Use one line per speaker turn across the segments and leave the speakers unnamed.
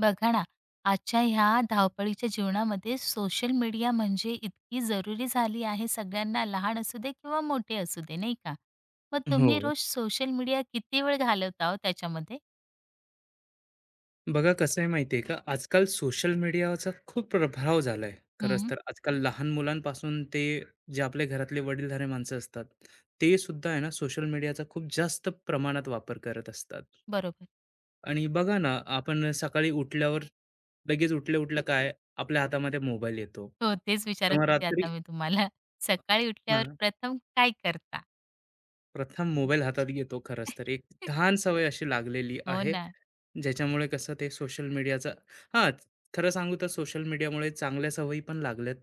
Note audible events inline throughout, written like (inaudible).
बघा ना, आजच्या ह्या धावपळीच्या जीवनामध्ये सोशल मीडिया म्हणजे इतकी जरुरी झाली आहे सगळ्यांना, लहान असू दे किंवा मोठे असू दे, नाही का? मग तुम्ही
हो.
रोज सोशल मीडिया किती वेळ घालवता हो त्याच्यामध्ये?
बघा कसं आहे माहिती आहे का, आजकाल सोशल मीडियाचा खूप प्रभाव झाला आहे. खरंच
हं,
तर आजकाल लहान मुलांपासून ते जे आपले घरातले वडीलधारे माणसं असतात, ते सुद्धा आहे ना सोशल मीडियाचा खूप जास्त प्रमाणात वापर करत असतात.
बरोबर.
आणि बघा ना, आपण सकाळी उठल्यावर लगेच उठल्या-उठल्या काय आपल्या हातामध्ये मोबाईल येतो
हो, तेच विचारत
किंवा
होते
रात्री
आता मी तुम्हाला. सकाळी उठल्यावर
हां,
प्रथम काय करता?
प्रथम मोबाईल हातात घेतो खरंच तर. एक
(laughs)
घाण सवय अशी लागलेली
हो
आहे
ना.
ज्याच्यामुळे कसं ते सोशल मीडियाचा हां, खरं सांगू तर सोशल मीडियामुळे चांगल्या सवयी पण लागल्यात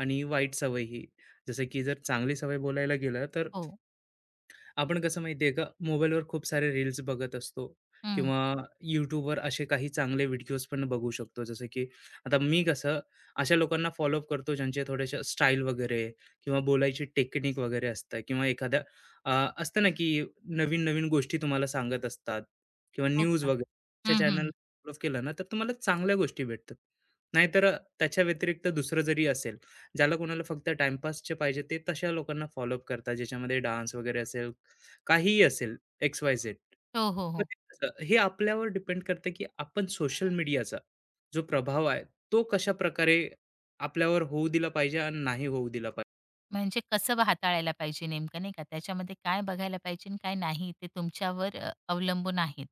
आणि वाईट सवयीही. जसं की जर चांगली सवय बोलायला गेलं तर
हो.
आपण कसं माहिती आहे का, मोबाईलवर खूप सारे रील्स बघत असतो
हं.
किंवा YouTubeवर असे काही चांगले व्हिडिओज पण बघू शकतो. जसं की आता मी कसं अशा लोकांना फॉलोअप करतो ज्यांचे थोडेसे स्टाईल वगैरे किंवा बोलायची टेक्निक वगैरे असतं किंवा एखाद्या अ, असतं ना, की नवीन-नवीन गोष्टी तुम्हाला सांगत असतात किंवा
हो
न्यूज
का?
वगैरे अशा
हं,
चॅनल
हं.
फॉलो केलं ना, तर तुम्हाला चांगल्या गोष्टी भेटतात. नाहीतर त्याच्या व्यतिरिक्त दुसरं जरी असेल, ज्याला कोणाला फक्त टाईमपासचे पाहिजे, ते तशा लोकांना फॉलोअप करतात, ज्याच्यामध्ये डान्स वगैरे असेल काहीही असेल XYZ.
हो, हो,
मग
हो.
ते कसं हे आपल्यावर डिपेंड करतं, की आपण सोशल मीडियाचा जो प्रभाव आहे, तो कशाप्रकारे आपल्यावर होऊ दिला पाहिजे आणि नाही होऊ दिला पाहिजे.
म्हणजे कसं हाताळायला पाहिजे नेमकं नाही का? त्याच्यामध्ये काय बघायला पाहिजे आणि काय नाही ते तुमच्यावर अवलंबून आहेत.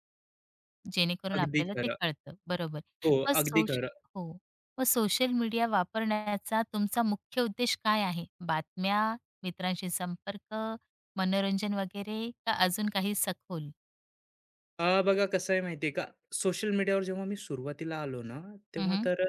जेणेकरून
अगदी
आपल्याला ते
खरं.
कळतं. बरोबर.
हो,
मग
अगदी
सोश
खरं.
हो. मग सोशल मीडिया वापरण्याचा तुमचा मुख्य उद्देश काय आहे? बातम्या, मित्रांशी संपर्क, मनोरंजन वगैरे का अजून काही सखोल?
बघा कसं आहे माहिती का, सोशल मीडियावर जेव्हा मी सुरुवातीला आलो ना, तेव्हा
हं,
तर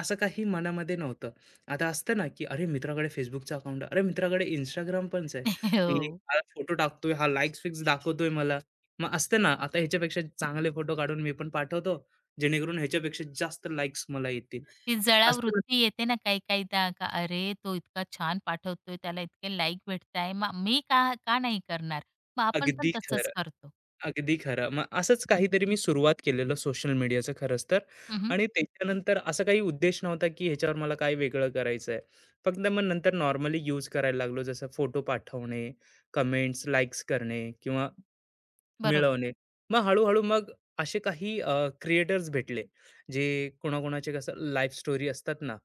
असं काही मनामध्ये नव्हतं. आता असतं ना, की अरे मित्राकडे Facebookचं अकाउंट अरे मित्राकडे Instagram पणच आहे,
(laughs)
की
हो.
हा फोटो टाकतोय, हा लाइक्स फिक्स दाखवतोय मला. मग असतं ना, आता ह्याच्यापेक्षा चांगले फोटो काढून मी पण पाठवतो, जेणेकरून ह्याच्यापेक्षा जास्त लाइक्स मला येतील.
ती
असतं ना,
जळावृत्ती येते ना काही-काहीदा का अरे, तो इतका छान पाठवतोय, त्याला इतके लाइक भेटताय, मग मी का का नाही करणार? मग आपण पण
अगदी
तसंच
खरं.
करतो.
अगदी खरं. मग असंच काहीतरी मी सुरुवात केलेलं सोशल मीडियाचं खरंच तर
हं, हं.
आणि त्याच्यानंतर असा काही उद्देश नव्हता, की ह्याच्यावर मला काय वेगळं करायचं आहे. फक्त मग नंतर नॉर्मली यूज करायला लागलो, जसं फोटो पाठवणे, कमेंट्स, लाइक्स करणे किंवा
बरोबर.
मिळवणे. मग हळू-हळू मग असे काही क्रिएटर्स भेटले, जे कोणाकोणाचे कसं लाईफ स्टोरी असतात ना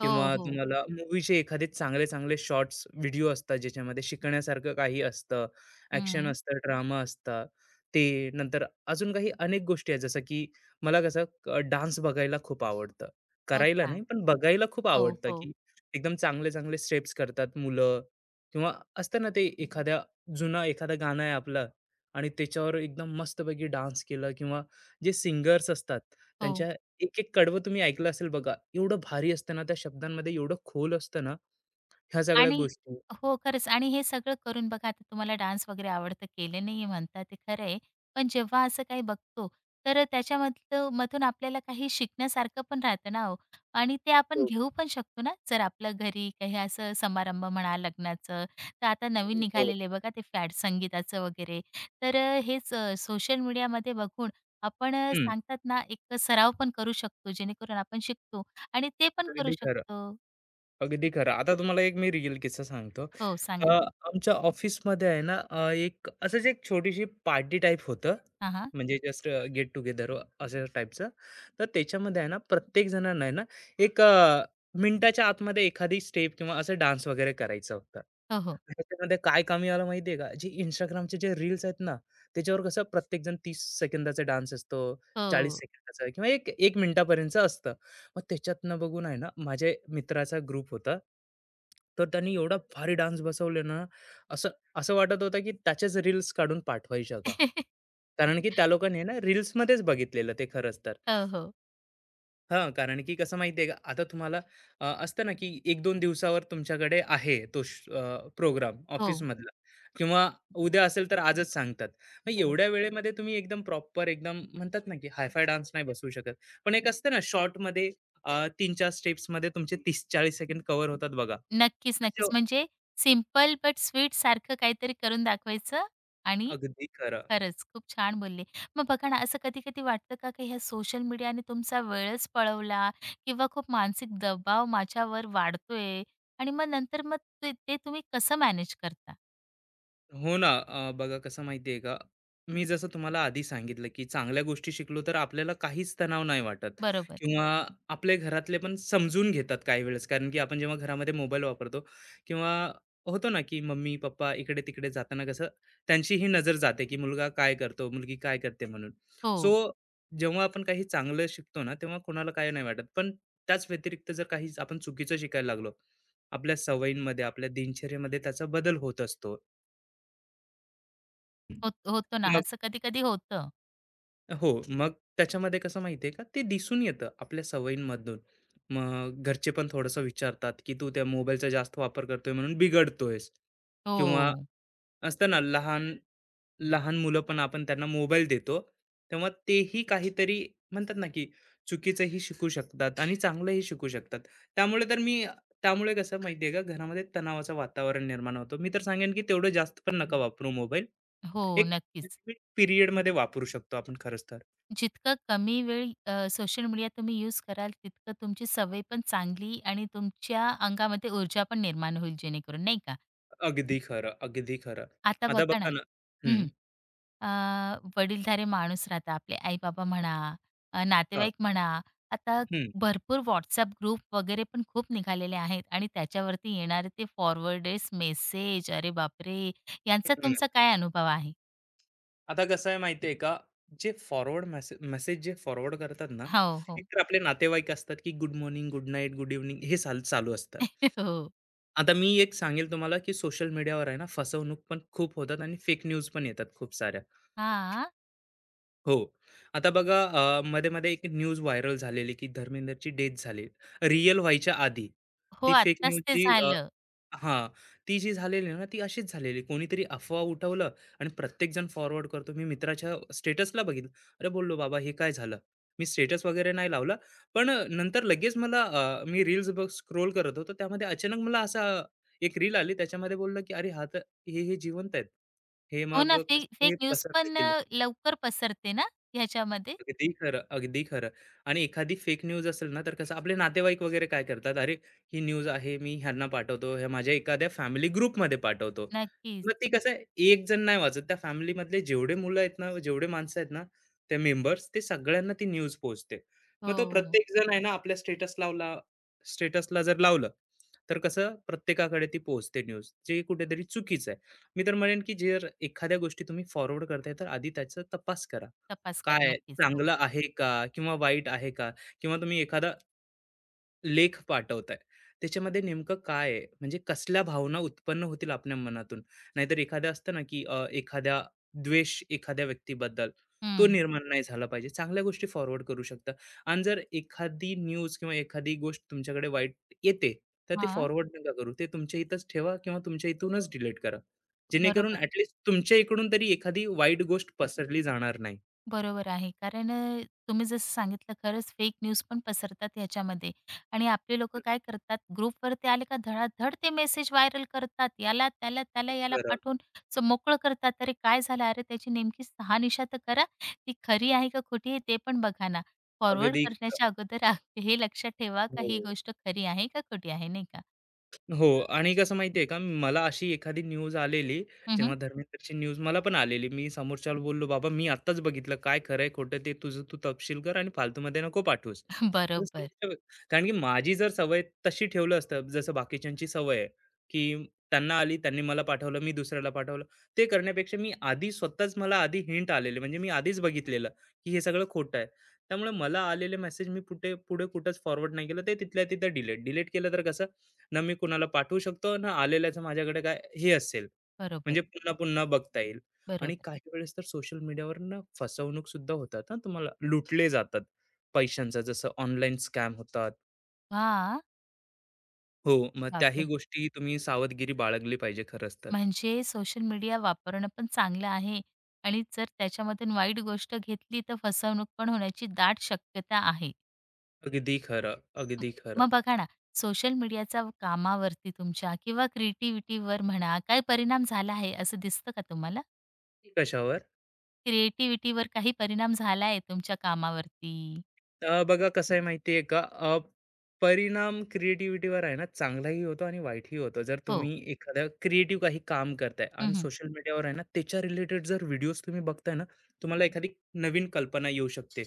हो,
किंवा
हो.
तुम्हाला मूव्हीचे एखादे चांगले-चांगले शॉर्ट्स व्हिडिओ असतात, ज्याच्यामध्ये शिकण्यासारखं काही असतं, ॲक्शन
हं.
असतं, ड्रामा असतं. ते नंतर अजून काही अनेक गोष्टी आहेत, जसं की मला कसं डान्स बघायला खूप आवडतं.
हो
करायला नाही,
का?
पण बघायला खूप
हो,
आवडतं,
हो,
की एकदम चांगले-चांगले स्टेप्स करतात मुलं किंवा असतं ना ते एखाद्या जुना एखादा गाणं आहे आपलं आणि त्याच्यावर एकदम मस्तपैकी डान्स केला किंवा जे सिंगर्स असतात
हो.
त्यांच्या एक एक कडवं तुम्ही ऐकलं असेल बघा. एवढं भारी असतं ना, त्या शब्दांमध्ये एवढं खोल असतं ना, ह्या सगळ्या
आणि
गोष्टी.
हो, खरंच आणि हे सगळं करून बघा आता तुम्हाला डान्स वगैरे आवडतं, केले नाहीये म्हणता ते खरं आहे. पण जेव्हा असं काही बघतो, तर त्याच्यामधलं मधून आपल्याला काही शिकण्यासारखं पण राहतं ना हो आणि ते आपण
हो.
घेऊ पण शकतो ना, जर आपलं घरी काही असं समारंभ म्हणा लग्नाचं, तर आता नवीन निघालेले बघा ते फॅड संगीताचं वगैरे. तर हेच सोशल मीडियामध्ये बघून आपण
हं.
सांगतात ना, एक सराव पण करू शकतो, जेणेकरून आपण शिकतो आणि ते पण करू
अगदी खरं.
शकतो.
अगदी खरं. आता तुम्हाला एक मी रिअल किस्सा सांगतो.
हो,
अ,
सांगा ना?
आमच्या ऑफिसमध्ये आहे ना, एक असंच एक छोटीशी पार्टी टाइप होतं.
हां, हां.
म्हणजे जस्ट गेट टुगेदर अशा टाइपचं. तर त्याच्यामध्ये आहे ना, प्रत्येक जणांना आहे ना, एक मिनिटाच्या आतमध्ये एखादी स्टेप किंवा असं डान्स वगैरे करायचं होतं.
हो, हो.
त्याच्यामध्ये काय कमी आलं माहिती का? जे Instagramचे जे रील्स आहेत ना, त्याच्यावर कसं प्रत्येकजण 30 सेकंदाचा डान्स असतो, 40
हो.
सेकंदाचा किंवा एक 1 मिनिटापर्यंतचं असतं. मग त्याच्यातनं बघून आहे ना माझ्या मित्राचा ग्रुप होता तर त्यांनी एवढा भारी डान्स बसवले ना असं असं वाटत होतं की त्याच्याच रील्स काढून पाठवायच्या का
(laughs)
कारण की त्या लोकांनी ना रील्समध्येच बघितलेलं ते खरंच तर
हो, हो.
हां, कारण की कसं माहिती का, आता तुम्हाला असतं ना, की एक दोन दिवसावर तुमच्याकडे आहे तो प्रोग्राम
हो.
ऑफिसमधला किंवा उद्या असेल तर आजच सांगतात. मग एवढ्या
बरोबर.
वेळेमध्ये तुम्ही एकदम प्रॉपर एकदम म्हणतात ना, की हाय-फाय डान्स नाही बसवू शकत. पण एक असतं ना, शॉर्टमध्ये 3-4 स्टेप्समध्ये तुमचे 30-40 सेकंड कव्हर होतात बघा.
नक्कीच,
असे
नक्कीच. म्हणजे सिंपल बट स्वीट सारखं काहीतरी करून दाखवायचं आणि
अगदी खरं.
खरंच खूप छान बोलले. मग बघा ना, असं कधी-कधी वाटतं का, की ह्या सोशल मीडियाने तुमचा वेळच पळवला किंवा खूप मानसिक दबाव माझ्यावर वाढतोय आणि मग नंतर मग ते ते तुम्ही कसं मॅनेज करता?
हो ना. बघा कसं माहिती का, मी जसं तुम्हाला आधी सांगितलं, की चांगल्या गोष्टी शिकलो तर आपल्याला काहीच तणाव नाही वाटत
बरोबर.
किंवा आपले घरातले पण समजून घेतात काही वेळेस. कारण की आपण जेव्हा घरामध्ये मोबाईल वापरतो किंवा होतो ना, की मम्मी-पप्पा इकडे-तिकडे जाताना कसं त्यांची ही नजर जाते, की मुलगा काय करतो, मुलगी काय करते म्हणून.
हो.
सो जेव्हा आपण काही चांगलं शिकतो ना, तेव्हा कोणाला काही नाही वाटत. पण त्याच व्यतिरिक्त जर काही आपण चुकीचं शिकायला लागलो, आपल्या सवयींमध्ये, आपल्या दिनचर्येमध्ये त्याचा बदल होत असतो.
होत होतं ना,
मग
असं कधी-कधी होतं.
हो, मग त्याच्यामध्ये कसं माहिती आहे का, ते दिसून येतं आपल्या सवयींमधून. मग घरचे पण थोडंसं विचारतात, की "तू त्या मोबाईलचा जास्त वापर करतोय म्हणून बिघडतोयस." किंवा
हो.
असतं ना लहान लहान मुलं पण आपण त्यांना मोबाईल देतो, तेव्हा तेही काहीतरी म्हणतात ना, की चुकीचंही शिकू शकतात आणि चांगलंही शिकू शकतात. त्यामुळे तर मी त्यामुळे कसं माहिती आहे का, घरामध्ये तणावाचं वातावरण निर्माण होतं. मी तर सांगेन, की तेवढं जास्त पण नका वापरू मोबाईल.
हो,
एक
नक्कीच.
लिमिट पिरियडमध्ये वापरू शकतो आपण खरंच तर.
जितका कमी वेळ सोशल मीडिया तुम्ही यूज कराल, तितकं तुमची सवय पण चांगली आणि तुमच्या अंगामध्ये ऊर्जा पण निर्माण होईल जेणेकरून, नाही का?
अगदी खरं, अगदी खरं.
आता
आता
बघा ना
बघा ना
हं,
हं,
अ, वडीलधारे माणूस राहतात, आपले आई-बाबा म्हणा,
हां,
नातेवाईक म्हणा. आता
हं,
भरपूर WhatsApp ग्रुप वगैरे पण खूप निघालेले आहेत आणि त्याच्यावरती येणारे ते फॉरवर्डेड मेसेज, अरे बापरे! यांचा
हं.
तुमचा काय अनुभव आहे?
आता कसं आहे माहिती आहे का? जे फॉरवर्ड मेसे मेसेज जे फॉरवर्ड करतात ना,
हो, हो.
एकतर आपले नातेवाईक असतात, की good morning, good night, good evening हे साल चालू असतात.
(laughs) हो.
आता मी एक सांगेल तुम्हाला, की सोशल मीडियावर आहे ना फसवणूक पण खूप होतात आणि फेक न्यूज पण येतात खूप साऱ्या.
हां.
हो. आता बघा मध्ये-मध्ये एक न्यूज व्हायरल झालेली, की धर्मेंद्रची डेथ झाली. रिअल व्हायच्या आधी.
हो,
ती फेक
आत्ताच ते
न्यूजची अ
झालं.
हां, ती जी झालेली आहे ना, ती अशीच झालेली. कोणीतरी अफवा उठवलं आणि प्रत्येकजण फॉरवर्ड करतो. मी मित्राच्या स्टेटसला बघितलं. अरे, बोललो, "बाबा, हे काय झालं?" मी स्टेटस वगैरे नाही लावला. पण नंतर लगेच मला मी रील्स बघ स्क्रोल करत होतो. त्यामध्ये अचानक मला असा एक रील आली. त्याच्यामध्ये बोललं, की "अरे, हा तर हे जिवंत आहेत. हे
हो
मग
ना, फेक
कसे
फेक
हे
न्यूज
पसरले
पण लवकर पसरते ना ह्याच्यामध्ये?
अगदी खरं, अगदी खरं. आणि एखादी फेक न्यूज असेल ना, तर कसं आपले नातेवाईक वगैरे काय करतात, "अरे, ही न्यूज आहे, मी ह्यांना पाठवतो, हे माझ्या एखाद्या फॅमिली ग्रुपमध्ये पाठवतो."
नक्कीच.
मग ती कसं आहे, एक जण नाही वाचत, त्या फॅमिलीमधले जेवढे मुलं आहेत ना, जेवढे माणसं आहेत ना, ते मेंबर्स, ते सगळ्यांना ती न्यूज पोहोचते. मग तो
हो,
प्रत्येक जण आहे ना, आपल्या स्टेटस लावला स्टेटसला जर लावलं, तर कसं प्रत्येकाकडे ती पोहोचते न्यूज, जे कुठेतरी चुकीचं आहे. मी तर म्हणेन, की जर एखाद्या गोष्टी तुम्ही फॉरवर्ड करताय, तर आधी त्याचा तपास करा.
तपास करा
काय
नक्कीच. हो.
चांगलं आहे का? किंवा वाईट आहे का? किंवा तुम्ही एखादा लेख पाठवताय, त्याच्यामध्ये नेमकं काय आहे? म्हणजे कसल्या भावना उत्पन्न होतील आपल्या मनातून? नाहीतर एखादं असतं ना, की एखादा द्वेष एखाद्या व्यक्तीबद्दल, तो
हं.
निर्माण नाही झाला पाहिजे. चांगल्या गोष्टी फॉरवर्ड करू शकता आणि जर एखादी न्यूज किंवा एखादी गोष्ट तुमच्याकडे वाईट येते, तर ती
हां,
फॉरवर्ड नका करू. ते तुमच्या इथंच ठेवा किंवा तुमच्या इथूनच डिलीट करा. जेणेकरून
बरोबर.
ॲट तुमच्या इकडून तरी एखादी वाईट गोष्ट पसरली जाणार नाही.
बरोबर आहे. कारण तुम्ही जसं सांगितलं खरंच फेक न्यूज पण पसरतात ह्याच्यामध्ये आणि आपले लोकं काय करतात ग्रुपवर ते आले का धडाधड ते मेसेज व्हायरल करतात. याला, त्याला,
ते
त्याला, याला
करा.
पाठवून असं मोकळं करतात. अरे काय झालं? अरे त्याची नेमकी शहानिशा तर करा. ती खरी आहे का खोटी आहे ते पण बघा ना. फॉरवर्ड
अगदी खरं.
करण्याच्या अगोदर हे लक्षात ठेवा का
हो.
ही गोष्ट खरी आहे का खोटी आहे नाही का?
हो आणि कसं माहितीये का, मला अशी एखादी न्यूज आलेली,
हं,
जेव्हा धर्मेंद्रची न्यूज मला पण आलेली. मी समोरच्याला बोललो, "बाबा मी आत्ताच बघितलं, काय खरं आहे, खोटं ते तुझं तू तपशील कर आणि फालतूमध्ये नको पाठवूस."
(laughs)
तर
बरोबर,
समोरच्या व्य- कारण की माझी जर सवय तशी ठेवलं असतं, जसं बाकीच्यांची सवय आहे, की त्यांना आली, त्यांनी मला पाठवलं, मी दुसऱ्याला पाठवलं. ते करण्यापेक्षा मी आधी स्वतःच मला आधी हिंट आलेले, म्हणजे मी आधीच बघितलेलं, की हे सगळं खोटं आहे. त्यामुळे मला आलेले मेसेज मी पुठे पुढे कुठंच फॉरवर्ड नाही केलं. ते तिथल्या तिथं डिलीट. डिलीट केलं तर कसं ना मी कुणाला पाठवू शकतो, ना आलेल्याचं माझ्याकडे काय हे असेल.
बरोबर,
म्हणजे पुन्हा-पुन्हा बघता येईल आणि
बरोबर.
काही वेळेस तर सोशल मीडियावर ना फसवणूक सुद्धा होतात हां, तुम्हाला लुटले जातात पैशांचा, जसं ऑनलाईन स्कॅम होतात.
हां,
हो, मग त्याही
बापरे!
गोष्टी तुम्ही सावधगिरी बाळगली पाहिजे खरंच तर.
म्हणजे सोशल मीडिया वापरणं पण चांगलं आहे आणि जर त्याच्यामधून वाईट गोष्ट घेतली तर फसवणूक पण होण्याची दाट शक्यता आहे.
अगदी खरं,
म
अगदी
मग
खरं.
बघा ना, सोशल मीडियाचा कामावरती तुमच्या किंवा क्रिएटिव्हिटीवर म्हणा, काय परिणाम झाला आहे असं दिसतं का तुम्हाला?
कशावर?
क्रिएटिव्हिटीवर काही परिणाम झाला आहे तुमच्या कामावरती?
बघा कसं आहे माहिती आहे का? परिणाम क्रिएटिव्हिटीवर आहे ना, चांगलाही होतो आणि वाईटही होतो. जर
हो.
तुम्ही एखादं क्रिएटिव्ह काही काम करताय
हं,
आणि
हं.
सोशल मीडियावर आहे ना, त्याच्या रिलेटेड जर व्हिडिओज तुम्ही बघताय ना, तुम्हाला एखादी नवीन कल्पना येऊ शकते.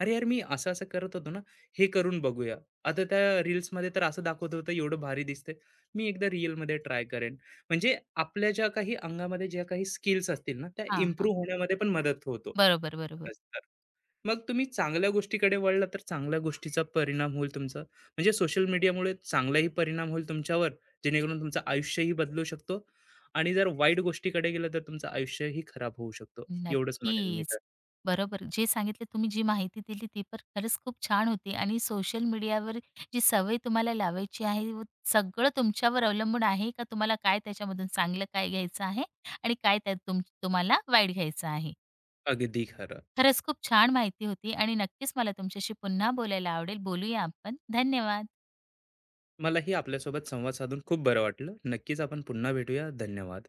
"अरे यार, मी असं-असं करत होतो ना, हे करून बघूया." आता त्या रील्समध्ये तर असं दाखवत होतं, एवढं भारी दिसतंय. मी एकदा रिअलमध्ये ट्राय करेन. म्हणजे आपल्या ज्या काही अंगामध्ये ज्या काही स्किल्स असतील ना, त्या
हां,
इम्प्रूव्ह होण्यामध्ये पण मदत होतो.
बरोबर, बरोबर.
मग तुम्ही चांगल्या गोष्टीकडे वळला तर चांगल्या गोष्टीचा परिणाम होईल तुमचा म्हणजे सोशल मीडियामुळे चांगलाही परिणाम होईल तुमच्यावर जेणेकरून तुमचं आयुष्यही बदलू शकतो आणि जर वाईट गोष्टीकडे गेलं तर तुमचं आयुष्यही खराब होऊ शकतो एवढंच म्हणेन मी
नक्कीच.
तर
बरोबर. जे सांगितलं तुम्ही जी माहिती दिली ती पण खरंच खूप छान होती आणि सोशल मीडियावर जी सवय तुम्हाला लावायची आहे व सगळं तुमच्यावर अवलंबून आहे का तुम्हाला काय त्याच्यामधून चांगलं काय घ्यायचं आहे आणि काय त्यात तुम्हाला वाईट घ्यायचं आहे.
अगदी खरं
खरंच खूप छान माहिती होती आणि नक्कीच मला तुमच्याशी पुन्हा बोलायला आवडेल. बोलूया आपण. धन्यवाद.
मलाही आपल्यासोबत संवाद साधून खूप बरं वाटलं नक्कीच आपण पुन्हा भेटूया धन्यवाद